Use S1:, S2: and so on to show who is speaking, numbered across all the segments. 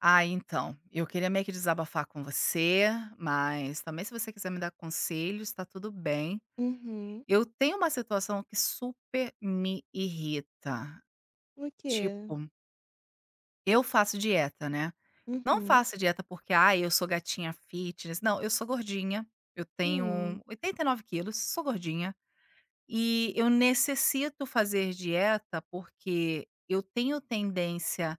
S1: Ah, então, eu queria meio que desabafar com você, mas também se você quiser me dar conselhos, tá tudo bem.
S2: Uhum.
S1: Eu tenho uma situação que super me irrita.
S2: O quê?
S1: Tipo, eu faço dieta, né? Não
S2: Uhum.
S1: faço dieta porque, ah, eu sou gatinha fitness. Não, eu sou gordinha. Eu tenho
S2: Hum.
S1: 89 quilos, sou gordinha. E eu necessito fazer dieta porque eu tenho tendência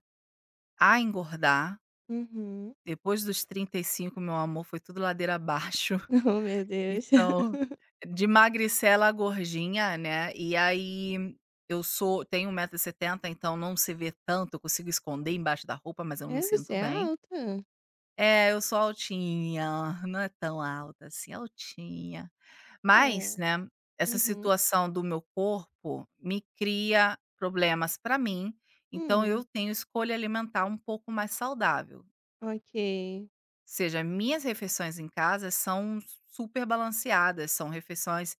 S1: a engordar.
S2: Uhum.
S1: Depois dos 35, meu amor, foi tudo ladeira abaixo.
S2: Oh, meu Deus.
S1: Então, de magricela a gordinha, né, e aí eu sou tenho 1,70 m, então não se vê tanto, eu consigo esconder embaixo da roupa, mas eu não me
S2: É, você
S1: sinto
S2: é
S1: bem.
S2: alta?
S1: É, eu sou altinha, não é tão alta assim, altinha. Mas,
S2: É.
S1: né, essa
S2: Uhum.
S1: situação do meu corpo me cria problemas para mim, então eu
S2: Hum.
S1: tenho escolha alimentar um pouco mais saudável.
S2: Ok.
S1: Seja, minhas refeições em casa são super balanceadas, são refeições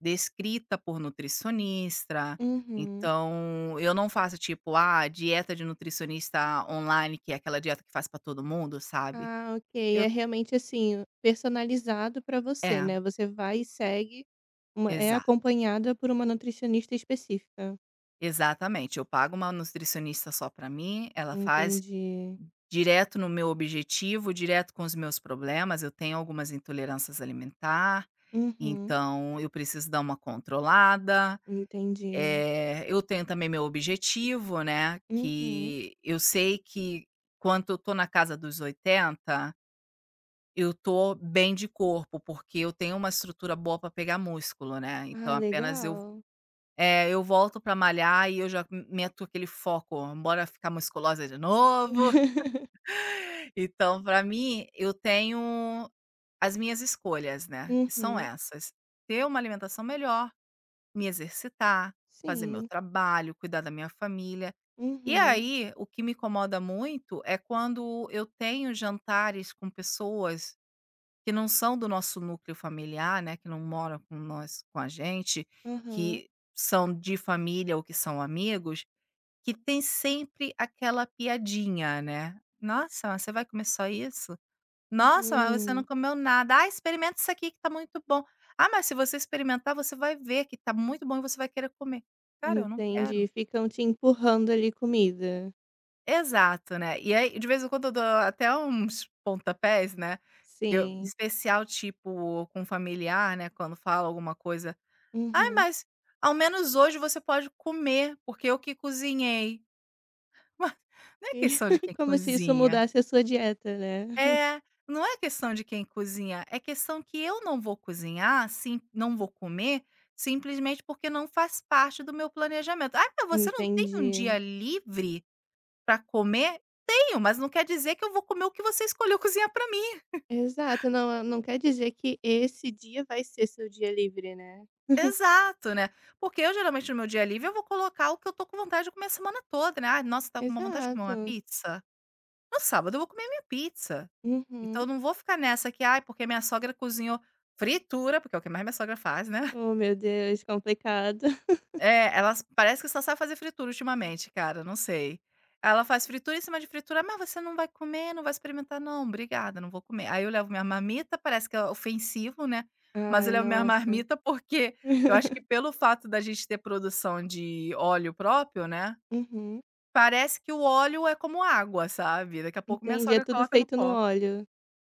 S1: descrita por nutricionista.
S2: Uhum.
S1: Então, eu não faço tipo, ah, dieta de nutricionista online, que é aquela dieta que faz pra todo mundo, sabe?
S2: Ah, ok.
S1: Eu
S2: É realmente, assim, personalizado pra você,
S1: é,
S2: né, você vai e segue uma
S1: exato,
S2: acompanhada por uma nutricionista específica.
S1: exatamente. Eu pago uma nutricionista só pra mim, ela faz
S2: Entendi.
S1: direto no meu objetivo, direto com os meus problemas. Eu tenho algumas intolerâncias alimentar,
S2: Uhum.
S1: então eu preciso dar uma controlada.
S2: Entendi.
S1: Eu tenho também meu objetivo, né,
S2: Uhum.
S1: que eu sei que quando eu tô na casa dos 80, eu tô bem de corpo, porque eu tenho uma estrutura boa para pegar músculo, né, então
S2: Ah, legal.
S1: eu volto para malhar e eu já meto aquele foco: "Bora ficar musculosa de novo". Então para mim, eu tenho as minhas escolhas, né, que são
S2: Uhum.
S1: essas: ter uma alimentação melhor, me exercitar, fazer meu
S2: Sim.
S1: trabalho, cuidar da minha família. E
S2: Uhum,
S1: aí, o que me incomoda muito é quando eu tenho jantares com pessoas que não são do nosso núcleo familiar, né, que não moram com nós, com a gente,
S2: aham.
S1: que são de família ou que são amigos, que tem sempre aquela piadinha, né? Nossa, mas você vai comer só isso? Nossa, mas você não
S2: Hum,
S1: comeu nada. Ah, experimenta isso aqui que tá muito bom. Ah, mas se você experimentar, você vai ver que tá muito bom e você vai querer comer. Cara, eu não quero.
S2: entendi. Ficam te empurrando ali comida.
S1: Exato, né. E aí, de vez em quando eu dou até uns pontapés, né, que eu
S2: Sim.
S1: especial, tipo, com familiar, né, quando fala alguma coisa: "Ai,
S2: Uhum.
S1: mas ao menos hoje você pode comer, porque eu que cozinhei". Ma não é
S2: E
S1: questão de quem
S2: como se isso
S1: cozinha.
S2: mudasse a sua dieta, né.
S1: É, não é questão de quem cozinha, é questão que eu não vou cozinhar, sim não vou comer, simplesmente porque não faz parte do meu planejamento. "Ai, mas você não tem um dia
S2: Entendi.
S1: livre para comer? Tenho, mas não quer dizer que eu vou comer o que você escolheu cozinhar para mim".
S2: Exato, não quer dizer que esse dia vai ser seu dia livre, né.
S1: Exato, né. Porque eu geralmente no meu dia livre eu vou colocar o que eu tô com vontade de comer a semana toda, né. "Ai, nossa, tá com uma vontade de comer uma
S2: Exato.
S1: pizza? No sábado eu vou comer minha pizza". Então eu
S2: Uhum.
S1: não vou ficar nessa que: "Ai, porque minha sogra cozinhou", fritura, porque é o que mais minha sogra faz, né.
S2: Oh, meu Deus, complicado.
S1: É, ela parece que só sabe fazer fritura ultimamente, cara, não sei. Ela faz fritura em cima de fritura: "Mas você não vai comer, não vai experimentar?". "Não, obrigada, não vou comer". Aí eu levo minha marmita, parece que é ofensivo, né, mas eu
S2: Ai,
S1: levo minha
S2: nossa.
S1: marmita, porque eu acho que pelo fato da gente ter produção de óleo próprio, né,
S2: Uhum.
S1: parece que o óleo é como água, sabe. Daqui a pouco minha
S2: Entendi, é
S1: sogra
S2: tudo
S1: coloca no
S2: feito no
S1: copo.
S2: óleo.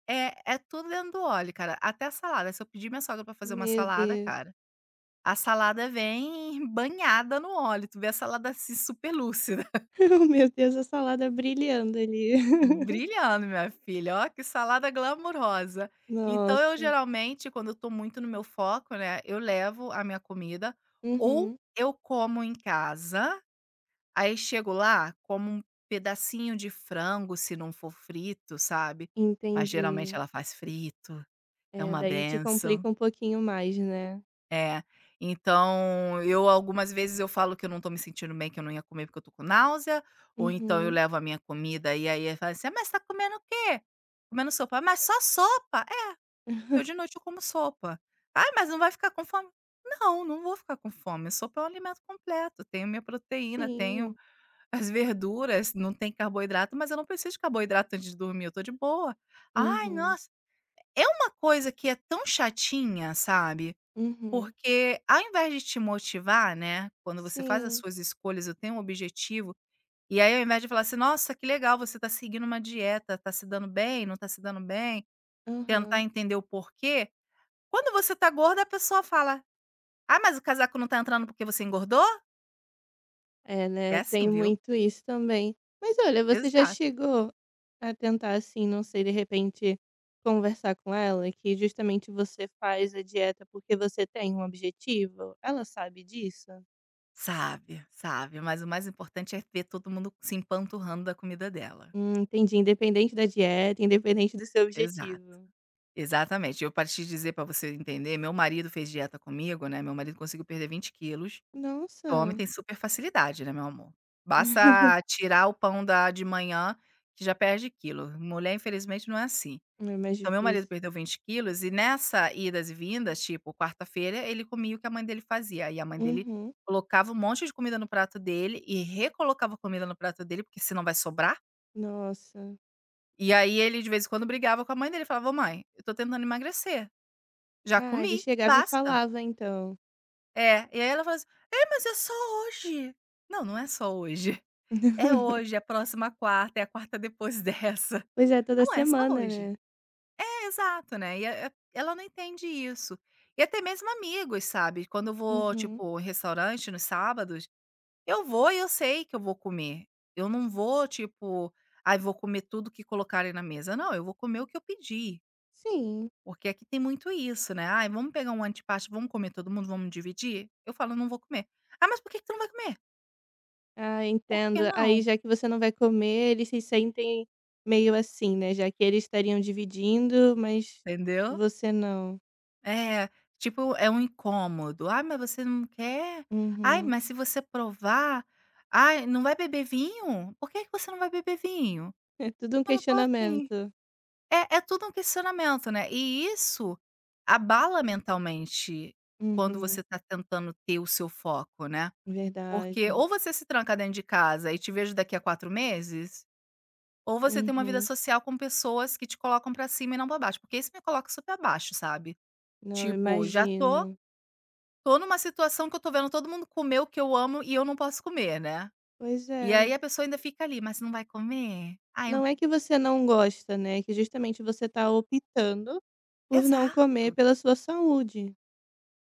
S1: É, é tudo dentro do óleo, cara, até a salada. Se eu pedir minha sogra pra fazer uma
S2: Meu
S1: salada,
S2: Deus.
S1: cara, a salada vem banhada no óleo, tu vê a salada, assim, super lúcida,
S2: Meu Deus, a salada brilhando ali.
S1: brilhando, minha filha, ó que salada glamourosa. Então eu
S2: Nossa.
S1: geralmente, quando eu tô muito no meu foco, né, eu levo a minha comida, ou
S2: Uhum.
S1: eu como em casa, aí chego lá, como um pedacinho de frango se não for frito, sabe. Mas geralmente
S2: Entendi.
S1: ela faz frito, é
S2: É,
S1: uma
S2: daí te
S1: benção.
S2: complica um pouquinho mais, né.
S1: É. Então, eu algumas vezes eu falo que eu não tô me sentindo bem, que eu não ia comer porque eu tô com náusea, ou então eu
S2: Uhum.
S1: levo a minha comida e aí ele fala assim: "Ah, mas tá comendo o quê?". "Comendo sopa". "Mas só sopa?". "É, eu de noite eu como sopa. Ah, mas não vai ficar com fome?". "Não, não vou ficar com fome, sopa é um alimento completo, tenho minha proteína, tenho
S2: Sim.
S1: as verduras, não tem carboidrato, mas eu não preciso de carboidrato antes de dormir, eu tô de boa". "Ai,
S2: Uhum.
S1: nossa". É uma coisa que é tão chatinha, sabe?
S2: Uhum.
S1: Porque ao invés de te motivar, né, quando você faz as
S2: Sim.
S1: suas escolhas, eu tenho um objetivo, e aí ao invés de falar assim: "Nossa, que legal, você está seguindo uma dieta, tá se dando bem, não tá se dando bem", tentar
S2: Aham.
S1: entender o porquê. Quando você tá gorda, a pessoa fala: "Ah, mas o casaco não tá entrando porque você engordou?".
S2: É,
S1: É
S2: né,
S1: assim,
S2: tem
S1: viu.
S2: muito isso também. Mas olha, você já
S1: Exato.
S2: chegou a tentar, assim, não sei, de repente, conversar com ela que justamente você faz a dieta porque você tem um objetivo? Ela sabe disso?
S1: Sabe, sabe, mas o mais importante é ver todo mundo se empanturrando da comida dela.
S2: Entendi. Independente da dieta, independente do seu
S1: Exato,
S2: objetivo.
S1: exatamente. Eu, pra te dizer, para você entender, meu marido fez dieta comigo, né, meu marido conseguiu perder 20 quilos. O homem
S2: Nossa.
S1: tem super facilidade, né, meu amor. Basta tirar o pão da de manhã, que já perde quilo. Mulher, infelizmente, não é assim.
S2: É mais
S1: Então meu marido
S2: difícil.
S1: perdeu 20 quilos e nessa idas e vindas, tipo, quarta-feira, ele comia o que a mãe dele fazia. E a mãe dele
S2: Uhum.
S1: colocava um monte de comida no prato dele e recolocava comida no prato dele, porque senão vai sobrar.
S2: Nossa.
S1: E aí ele, de vez em quando, brigava com a mãe dele, falava: "Ô mãe, eu tô tentando emagrecer, já
S2: Ah, ele
S1: comi,
S2: chegava e
S1: basta".
S2: falava então.
S1: É, e aí ela fala assim: "É, mas é só hoje". Não, não é só hoje. É hoje, é a próxima quarta, é a quarta depois dessa.
S2: Pois é, toda
S1: Não é só
S2: semana,
S1: hoje.
S2: né.
S1: É, exato, né. E ela não entende isso. E até mesmo amigos, sabe. Quando eu vou,
S2: Uhum.
S1: tipo, em restaurante nos sábados, eu vou e eu sei que eu vou comer. Eu não vou, tipo: "Ai, vou comer tudo que colocarem na mesa". Não, eu vou comer o que eu pedi,
S2: Sim.
S1: porque aqui tem muito isso, né. "Ai, vamos pegar um antipasto, vamos comer todo mundo, vamos dividir?". Eu falo: "Não vou comer". "Ah, mas por que que tu não vai comer?
S2: Ah,
S1: Por que
S2: entendo.
S1: não?".
S2: Aí, já que você não vai comer, eles se sentem meio assim, né, já que eles estariam dividindo, mas
S1: Entendeu?
S2: você não.
S1: É, tipo, é um incômodo. "Ai, mas você não quer? Ai,
S2: Uhum.
S1: mas se você provar, ai, não vai beber vinho? Por que que você não vai beber vinho?
S2: É tudo um
S1: Eu não tô afim".
S2: questionamento.
S1: É tudo um questionamento, né. E isso abala mentalmente quando
S2: Uhum.
S1: você tá tentando ter o seu foco, né. Porque
S2: Verdade.
S1: ou você se tranca dentro de casa e te vejo daqui a 4 meses, ou você tem uma vida
S2: Uhum.
S1: social com pessoas que te colocam pra cima e não pra baixo, porque isso me coloca super abaixo, sabe.
S2: Não,
S1: Tipo, já tô
S2: imagino.
S1: Tô numa situação que eu tô vendo todo mundo comer o que eu amo e eu não posso comer, né.
S2: Pois
S1: E aí
S2: é,
S1: a pessoa ainda fica ali: "Mas não vai comer?".
S2: não é que você não gosta, né, é que justamente você tá optando por não comer
S1: Exato,
S2: pela sua saúde.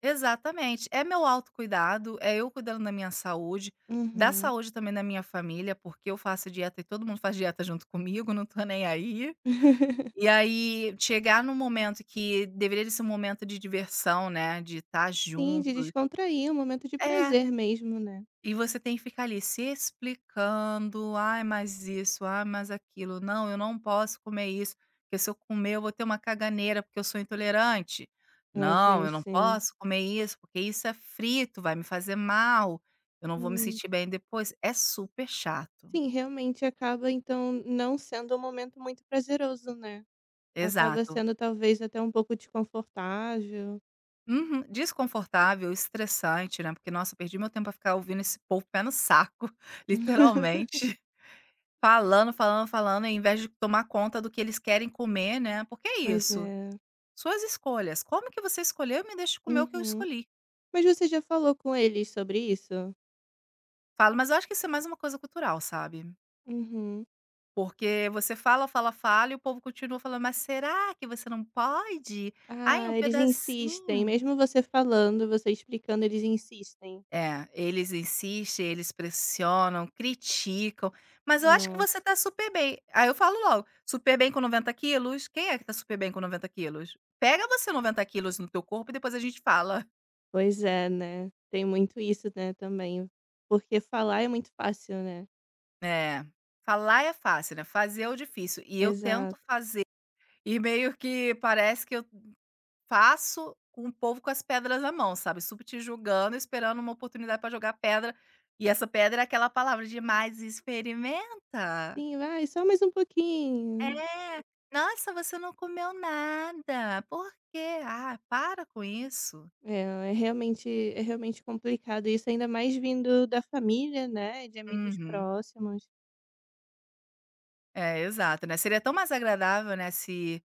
S1: exatamente. É meu autocuidado, é eu cuidando da minha saúde, da
S2: Uhum.
S1: saúde também da minha família, porque eu faço dieta e todo mundo faz dieta junto comigo, não tô nem aí. E aí chegar num momento que deveria de ser um momento de diversão, né, de estar
S2: Sim,
S1: junto.
S2: de descontrair, um momento de
S1: É.
S2: prazer mesmo, né.
S1: E você tem que ficar ali se explicando: "Ai, mas isso, ai, mas aquilo. Não, eu não posso comer isso, porque se eu comer eu vou ter uma caganeira, porque eu sou intolerante.
S2: Ok,
S1: Não, eu não
S2: sim.
S1: posso comer isso, porque isso é frito, vai me fazer mal, eu não vou me
S2: Hum.
S1: sentir bem depois". É super chato.
S2: Sim, realmente acaba então não sendo um momento muito prazeroso, né. Acaba
S1: Exato.
S2: sendo talvez até um pouco desconfortável.
S1: Uhum. Desconfortável, estressante, né, porque, nossa, eu perdi meu tempo a ficar ouvindo esse povo pé no saco, literalmente. Falando, falando, falando, ao invés de tomar conta do que eles querem comer, né, porque é
S2: Pois
S1: isso,
S2: é.
S1: suas escolhas, como que você escolheu e me deixa comer o que eu
S2: Uhum.
S1: escolhi.
S2: Mas você já falou com eles sobre isso?
S1: Falo, mas eu acho que isso é mais uma coisa cultural, sabe,
S2: Uhum.
S1: porque você fala, fala, fala e o povo continua falando: "Mas será que você não pode? Ai, um
S2: Ah, eles insistem,
S1: pedacinho".
S2: mesmo você falando, você explicando, eles insistem.
S1: É, eles insistem, eles pressionam, criticam, mas eu acho que você
S2: Nossa,
S1: tá super bem. Aí eu falo logo: "Super bem com 90 quilos? Quem é que tá super bem com 90 quilos? Pega você 90 quilos no teu corpo e depois a gente fala".
S2: pois é, né? Tem muito isso, né, também. Porque falar é muito fácil, né?
S1: É, falar é fácil, né, fazer é o difícil, e eu tento
S2: Exato.
S1: fazer, e meio que parece que eu faço com o povo com as pedras na mão, sabe, super te julgando, esperando uma oportunidade para jogar pedra, e essa pedra é aquela palavra de: "mais experimenta".
S2: Sim, vai, só mais um pouquinho.
S1: É. "Nossa, você não comeu nada, por quê? Ah, para com isso".
S2: É, realmente, é realmente complicado isso, ainda mais vindo da família, né? De amigos
S1: Uhum.
S2: próximos.
S1: É, exato, né, seria tão mais agradável, né, se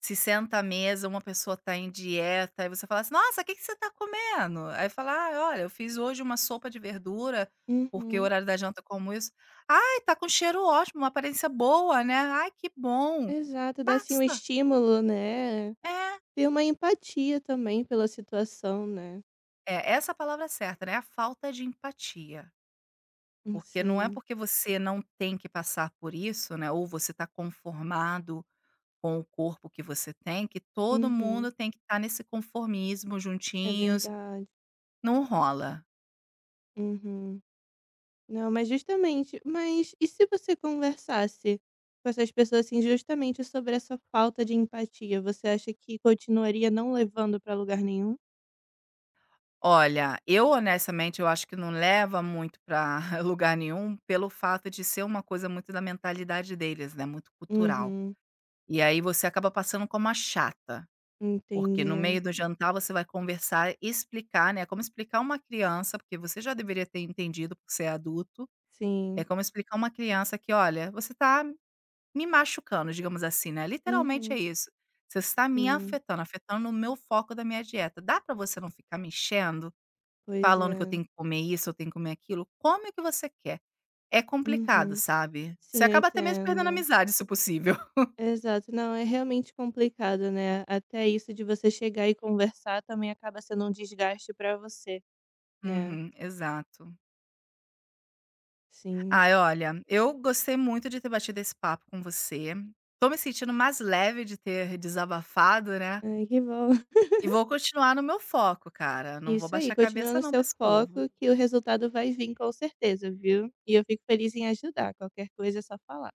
S1: se senta à mesa, uma pessoa tá em dieta, aí você fala assim: "Nossa, o que que você tá comendo?". Aí fala: "Ah, olha, eu fiz hoje uma sopa de verdura, porque o
S2: Uhum.
S1: horário da janta eu como isso". "Ai, tá com cheiro ótimo, uma aparência boa, né? Ai, que bom".
S2: Exato, dá assim um
S1: Basta.
S2: estímulo, né?
S1: É.
S2: Ter uma empatia também pela situação, né?
S1: É, essa é a palavra certa, né, a falta de empatia. Porque não é
S2: Sim.
S1: porque você não tem que passar por isso, né, ou você está conformado com o corpo que você tem, que todo
S2: Uhum.
S1: mundo tem que estar nesse conformismo
S2: É
S1: juntinhos,
S2: verdade.
S1: não rola.
S2: Uhum. Não, mas justamente e se você conversasse com essas pessoas, assim, justamente sobre essa falta de empatia, você acha que continuaria não levando pra lugar nenhum?
S1: Olha, eu honestamente eu acho que não leva muito para lugar nenhum pelo fato de ser uma coisa muito da mentalidade deles, né, muito cultural.
S2: Uhum.
S1: E aí você acaba passando como a chata, porque no
S2: Entendi.
S1: meio do jantar você vai conversar e explicar, né, como explicar uma criança, porque você já deveria ter entendido por ser adulto. É
S2: Sim.
S1: como explicar uma criança que: "Olha, você está me machucando", digamos assim, né, literalmente é
S2: Uhum.
S1: isso. "Você está me
S2: Sim.
S1: afetando, afetando o meu foco da minha dieta. Dá para você não ficar me enchendo,
S2: Pois
S1: falando que eu
S2: é.
S1: tenho que comer isso, eu tenho que comer aquilo? Come o que você quer". É complicado,
S2: Uhum.
S1: sabe. Você
S2: Sim, eu
S1: acaba até mesmo perdendo a
S2: entendo.
S1: amizade, se possível.
S2: Exato. Não, é realmente complicado, né, até isso de você chegar e conversar também acaba sendo um desgaste pra você, né.
S1: Uhum, exato.
S2: Sim.
S1: Ai, olha, eu gostei muito de ter batido esse papo com você. Tô me sentindo mais leve de ter desabafado, né.
S2: Ai, que bom.
S1: E vou continuar no meu foco, cara, não vou
S2: Isso
S1: baixar
S2: aí,
S1: a
S2: continua
S1: cabeça
S2: no
S1: não pra
S2: seu
S1: esse povo.
S2: foco que o resultado vai vir com certeza, viu. E eu fico feliz em ajudar, qualquer coisa é só falar.